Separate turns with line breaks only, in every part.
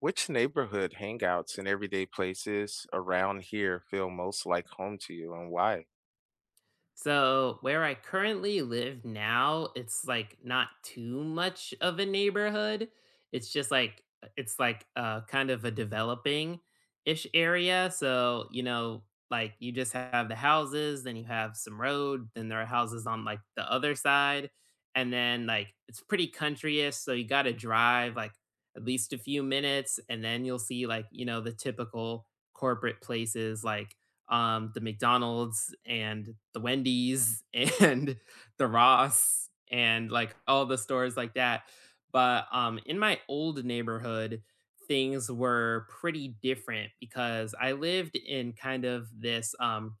Which neighborhood hangouts and everyday places around here feel most like home to you and why?
So where I currently live now, it's like not too much of a neighborhood. It's just like it's like kind of a developing ish area. So, you know, like you just have the houses, then you have some road, then there are houses on like the other side. And then like it's pretty countryish, so you gotta drive like at least a few minutes, and then you'll see like, you know, the typical corporate places like the McDonald's and the Wendy's and the Ross and like all the stores like that. But in my old neighborhood, things were pretty different because I lived in kind of this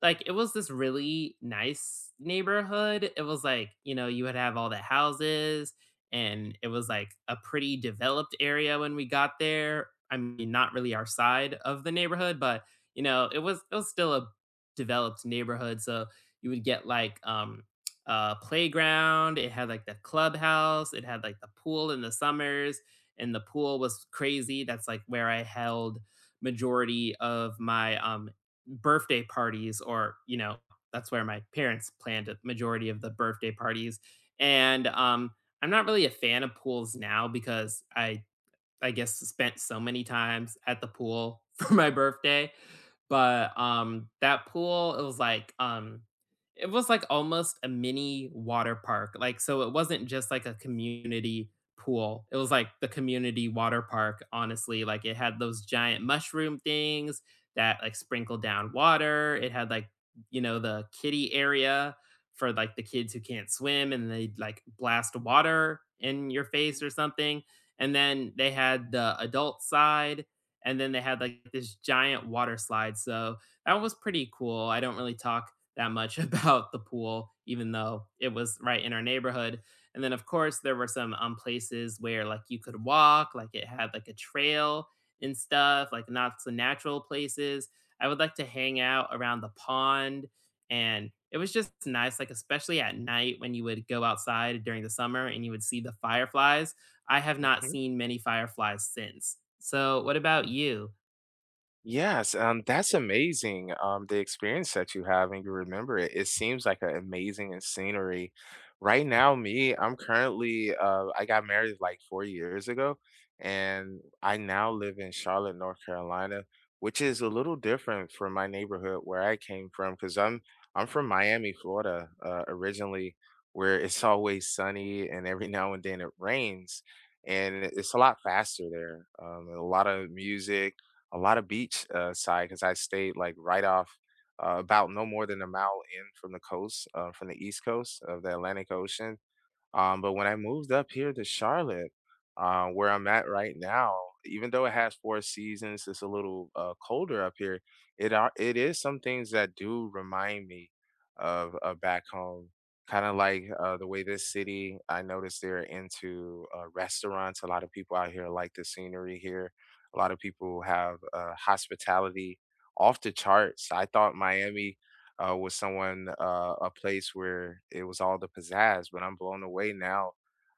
like, it was this really nice neighborhood. It was like, you know, you would have all the houses, and it was like a pretty developed area when we got there. I mean, not really our side of the neighborhood, but you know, it was still a developed neighborhood. So you would get like a playground, it had like the clubhouse, it had like the pool in the summers, and the pool was crazy. That's like where I held majority of my birthday parties or, you know, that's where my parents planned a majority of the birthday parties. And I'm not really a fan of pools now because I guess, spent so many times at the pool for my birthday, but, that pool, it was like almost a mini water park, like, so it wasn't just like a community pool, it was like the community water park, honestly, like, it had those giant mushroom things that, like, sprinkled down water, it had, like, you know, the kiddie area for, like, the kids who can't swim and they like, blast water in your face or something. And then they had the adult side, and then they had like this giant water slide. So that was pretty cool. I don't really talk that much about the pool, even though it was right in our neighborhood. And then, of course, there were some places where like you could walk, like it had like a trail and stuff, like not so natural places. I would like to hang out around the pond, and it was just nice, like especially at night when you would go outside during the summer and you would see the fireflies. I have not
Mhm.
seen many fireflies since. So, what about
Oh.
you?
Yes, that's amazing. The experience that you have and you remember it, it seems like an amazing scenery. Right now, me, I'm currently, I got married like 4 years ago, and I now live in Charlotte, North Carolina, which is a little different from my neighborhood where I came from, because I'm from Miami, Florida, originally, where it's always sunny and every now and then it rains, and it's a lot faster there, and a lot of music, a lot of beach side, because I stayed like right off about no more than a mile in from the coast, from the East Coast of the Atlantic Ocean. But when I moved up here to Charlotte, where I'm at right now, even though it has four seasons, it's a little colder up here. It is some things that do remind me of back home, kind of like the way this city. I noticed they're into restaurants. A lot of people out here like the scenery here. A lot of people have hospitality off the charts. I thought Miami was someone a place where it was all the pizzazz. But I'm blown away now,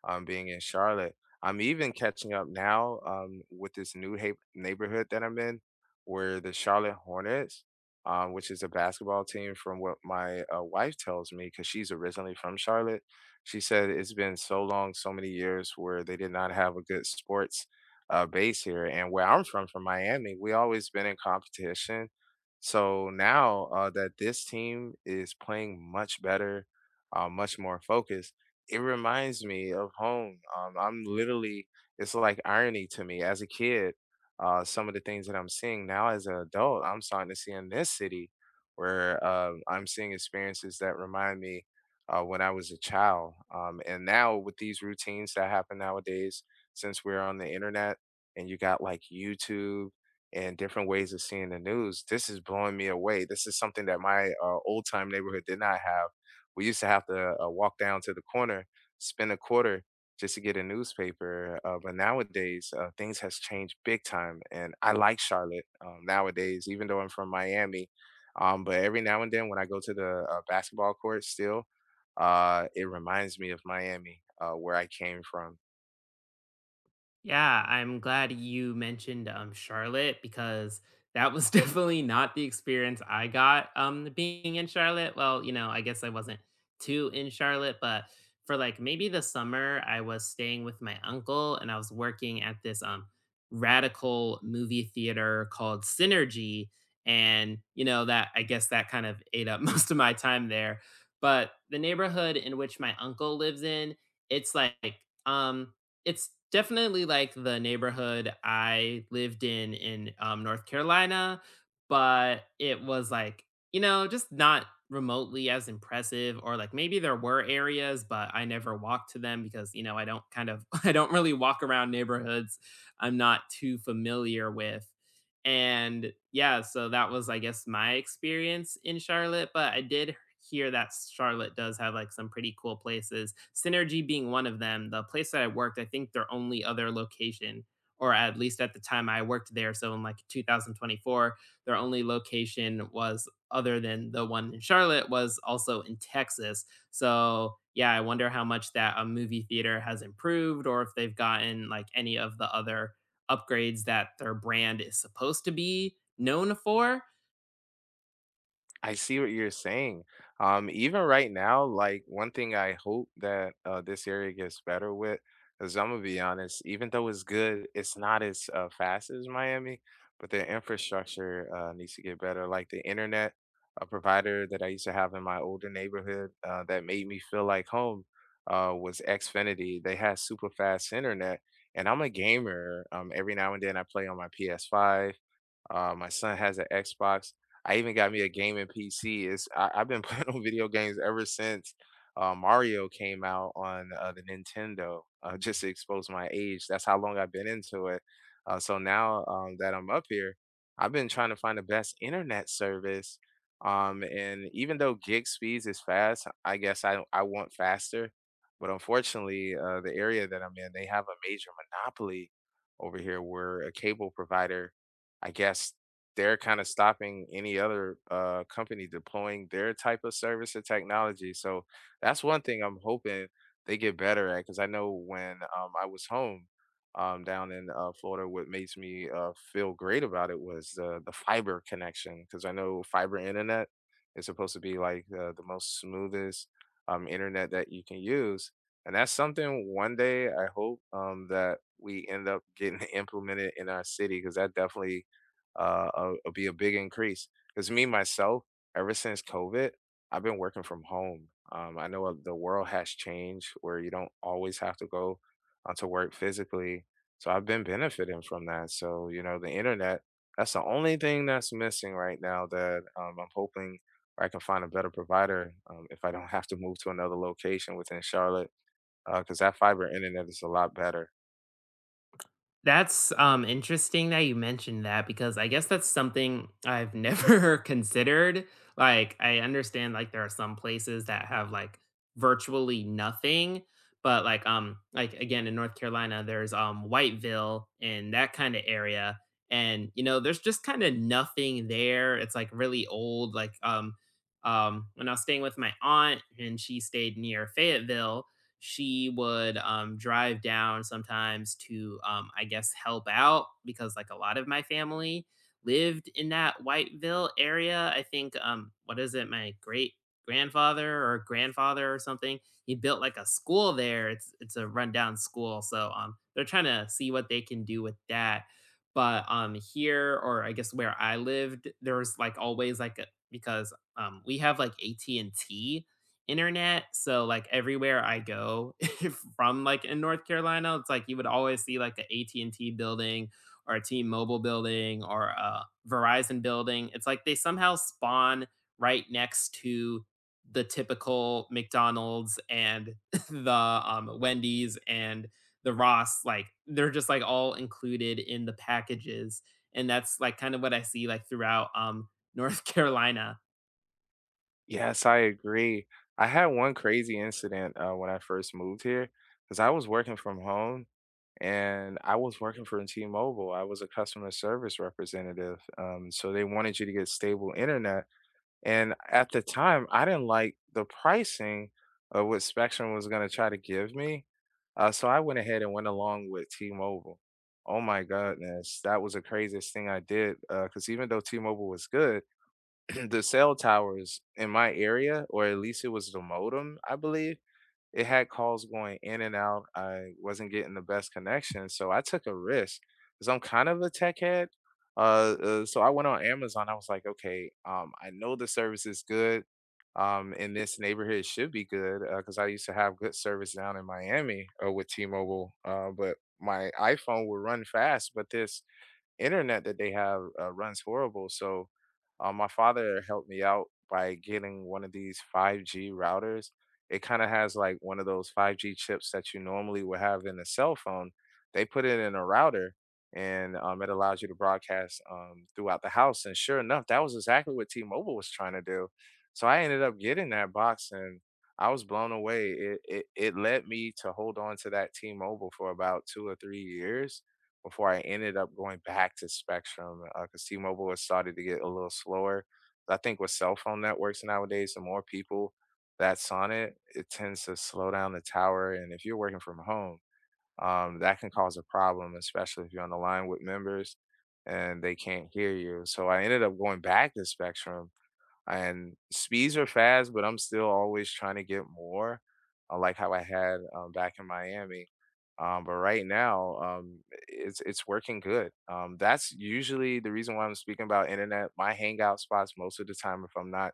being in Charlotte. I'm even catching up now, with this new neighborhood that I'm in, where the Charlotte Hornets, which is a basketball team, from what my wife tells me, because she's originally from Charlotte, she said it's been so long, so many years where they did not have a good sports base here. And where I'm from Miami, we always been in competition, so now that this team is playing much better, much more focused, it reminds me of home. I'm literally, it's like irony to me as a kid. Some of the things that I'm seeing now as an adult, I'm starting to see in this city where I'm seeing experiences that remind me when I was a child. And now with these routines that happen nowadays, since we're on the internet and you got like YouTube and different ways of seeing the news, this is blowing me away. This is something that my old time neighborhood did not have. We used to have to walk down to the corner, spend a quarter just to get a newspaper. But nowadays, things has changed big time, and I like Charlotte nowadays, even though I'm from Miami. But every now and then, when I go to the basketball court, still, it reminds me of Miami, where I came from.
Yeah, I'm glad you mentioned Charlotte because that was definitely not the experience I got being in Charlotte. Well, you know, I guess I wasn't too in Charlotte, but for like maybe the summer, I was staying with my uncle and I was working at this radical movie theater called Synergy. And, you know, that I guess that kind of ate up most of my time there. But the neighborhood in which my uncle lives in, it's like, um, it's definitely like the neighborhood I lived in North Carolina, but it was like, you know, just not remotely as impressive, or like maybe there were areas but I never walked to them because you know I don't kind of I don't really walk around neighborhoods I'm not too familiar with. And yeah, so that was I guess my experience in Charlotte, but I did hear that Charlotte does have like some pretty cool places. Synergy being one of them. The place that I worked, I think their only other location, or at least at the time I worked there, so in like 2024, their only location was other than the one in Charlotte was also in Texas. So yeah, I wonder how much that a movie theater has improved, or if they've gotten like any of the other upgrades that their brand is supposed to be known for.
I see what you're saying. Even right now, like one thing I hope that this area gets better with, because I'm gonna be honest, even though it's good, it's not as fast as Miami, but the infrastructure needs to get better. Like the internet, a provider that I used to have in my older neighborhood that made me feel like home was Xfinity. They had super fast internet, and I'm a gamer. Every now and then I play on my PS5. My son has an Xbox. I even got me a gaming PC. It's I, I've been playing on video games ever since Mario came out on the Nintendo. Just to expose my age, that's how long I've been into it. So now, that I'm up here, I've been trying to find the best internet service. And even though gig speeds is fast, I guess I want faster. But unfortunately, the area that I'm in, they have a major monopoly over here where a cable provider, I guess, they're kind of stopping any other company deploying their type of service or technology. So that's one thing I'm hoping they get better at, because I know when I was home, down in Florida, what makes me feel great about it was the fiber connection, because I know fiber internet is supposed to be like the most smoothest internet that you can use. And that's something one day I hope, that we end up getting implemented in our city, because that definitely will be a big increase. Because me myself, ever since COVID, I've been working from home. I know the world has changed where you don't always have to go to work physically. So I've been benefiting from that. So you know, the internet. That's the only thing that's missing right now. That I'm hoping I can find a better provider, if I don't have to move to another location within Charlotte, because that fiber internet is a lot better.
That's, interesting that you mentioned that because I guess that's something I've never considered. Like, I understand, like, there are some places that have, like, virtually nothing, but, like, again, in North Carolina, there's, Whiteville and that kinda area, and, you know, there's just kinda nothing there. It's, like, really old, like, when I was staying with my aunt and she stayed near Fayetteville, she would drive down sometimes to, I guess, help out because like a lot of my family lived in that Whiteville area. I think, what is it, my great grandfather or grandfather or something? He built like a school there. It's a rundown school, so they're trying to see what they can do with that. But here or I guess where I lived, there was like always like a, because we have like AT&T internet, so, like, everywhere I go from, like, in North Carolina, it's like you would always see, like, a AT&T building or a T-Mobile building or a Verizon building. It's like they somehow spawn right next to the typical McDonald's and the, Wendy's and the Ross, like, they're just, like, all included in the packages, and that's, like, kind of what I see, like, throughout, North Carolina.
Yes, I agree. I had one crazy incident when I first moved here, because I was working from home and I was working for T-Mobile. I was a customer service representative. So they wanted you to get stable internet. And at the time, I didn't like the pricing of what Spectrum was going to try to give me. So I went ahead and went along with T-Mobile. Oh my goodness, that was the craziest thing I did, because even though T-Mobile was good, the cell towers in my area, or at least it was the modem, I believe, it had calls going in and out. I wasn't getting the best connection, so I took a risk because I'm kind of a tech head. So I went on Amazon. I was like, okay, I know the service is good. In this neighborhood, it should be good because I used to have good service down in Miami with T-Mobile. But my iPhone would run fast, but this internet that they have runs horrible. So my father helped me out by getting one of these 5G routers. It kind of has like one of those 5G chips that you normally would have in a cell phone. They put it in a router, and it allows you to broadcast throughout the house. And sure enough, that was exactly what T Mobile was trying to do. So I ended up getting that box, and I was blown away. It led me to hold on to that T Mobile for about 2 or 3 years before I ended up going back to Spectrum, because T-Mobile has started to get a little slower. I think with cell phone networks nowadays, the more people that's on it, it tends to slow down the tower. And if you're working from home, that can cause a problem, especially if you're on the line with members and they can't hear you. So I ended up going back to Spectrum and speeds are fast, but I'm still always trying to get more, like how I had, back in Miami. But right now, it's working good. That's usually the reason why I'm speaking about internet. My hangout spots most of the time, if I'm not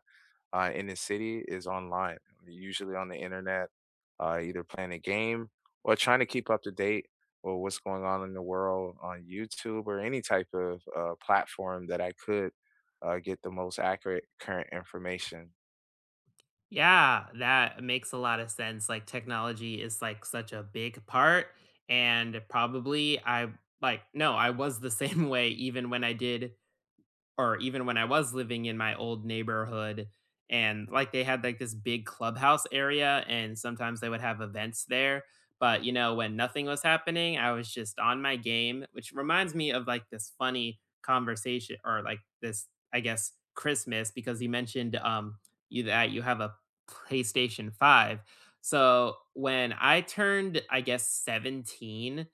in the city, is online, usually on the internet, either playing a game or trying to keep up to date with what's going on in the world on YouTube or any type of platform that I could get the most accurate current information.
Yeah, that makes a lot of sense. Like technology is like such a big part and probably I like no, I was the same way even when I did or even when I was living in my old neighborhood, and like they had like this big clubhouse area and sometimes they would have events there. But you know, when nothing was happening, I was just on my game, which reminds me of like this funny conversation or like this, I guess, Christmas because you mentioned you that you have a PlayStation 5. So when I turned, I guess, 17,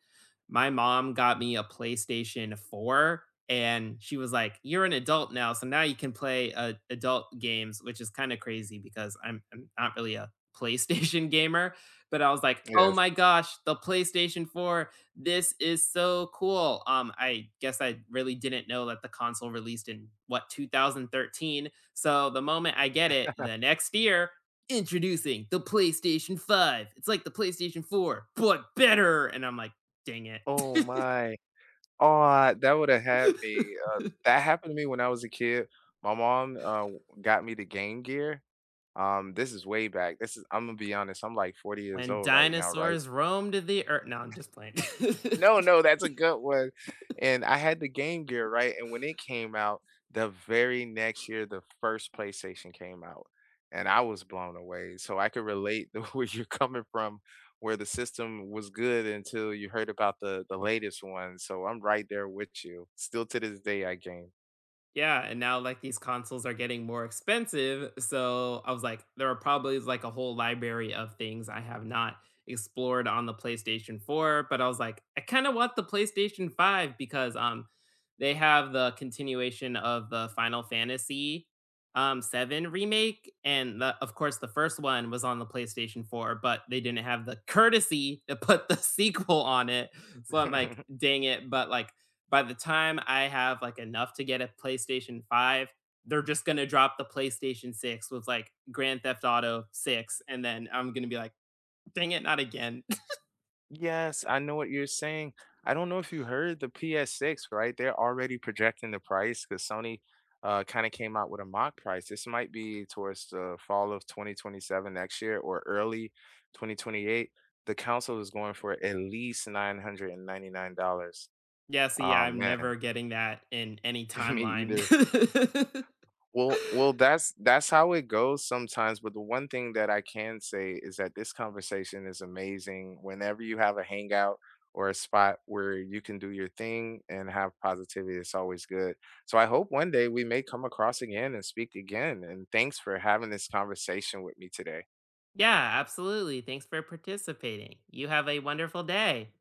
my mom got me a PlayStation 4 and she was like, "You're an adult now, so now you can play, adult games," which is kinda crazy because I'm not really a PlayStation gamer, but I was like, "Oh
Yes.
my gosh, the PlayStation 4, this is so cool." I guess I really didn't know that the console released in, what, 2013, so the moment I get it the next year, introducing the PlayStation 5. It's like the PlayStation 4, but better, and I'm like, dang it.
Oh my. Oh, that would have had me. That happened to me when I was a kid. My mom got me the Game Gear. This is way back. This is, I'm gonna be honest, I'm like 40 years
When
old right now, right?
dinosaurs roamed the earth, no, I'm just playing.
No, no, that's a good one. And I had the Game Gear, right? And when it came out, the very next year, the first PlayStation came out, and I was blown away. So I could relate to where you're coming from, where the system was good until you heard about the latest one. So I'm right there with you. Still to this day, I game.
Yeah, and now like these consoles are getting more expensive, so I was like, there are probably like a whole library of things I have not explored on the PlayStation 4, but I was like, I kind of want the PlayStation 5 because they have the continuation of the Final Fantasy 7 remake, and the, of course the first one was on the PlayStation 4, but they didn't have the courtesy to put the sequel on it. So I'm like, dang it, but like by the time I have like enough to get a PlayStation 5, they're just going to drop the PlayStation 6 with like Grand Theft Auto 6, and then I'm going to be like, "Dang it, not again."
Yes, I know what you're saying. I don't know if you heard the PS6, right? They're already projecting the price because Sony kind of came out with a mock price. This might be towards the fall of 2027, next year, or early 2028. The console is going for at least $999.
Yeah, see,
Oh
I'm
man,
never getting that in any
me
timeline.
either. Well, that's how it goes sometimes, but the one thing that I can say is that this conversation is amazing. Whenever you have a hangout or a spot where you can do your thing and have positivity, it's always good. So I hope one day we may come across again and speak again, and thanks for having this conversation with me today.
Yeah, absolutely. Thanks for participating. You have a wonderful day.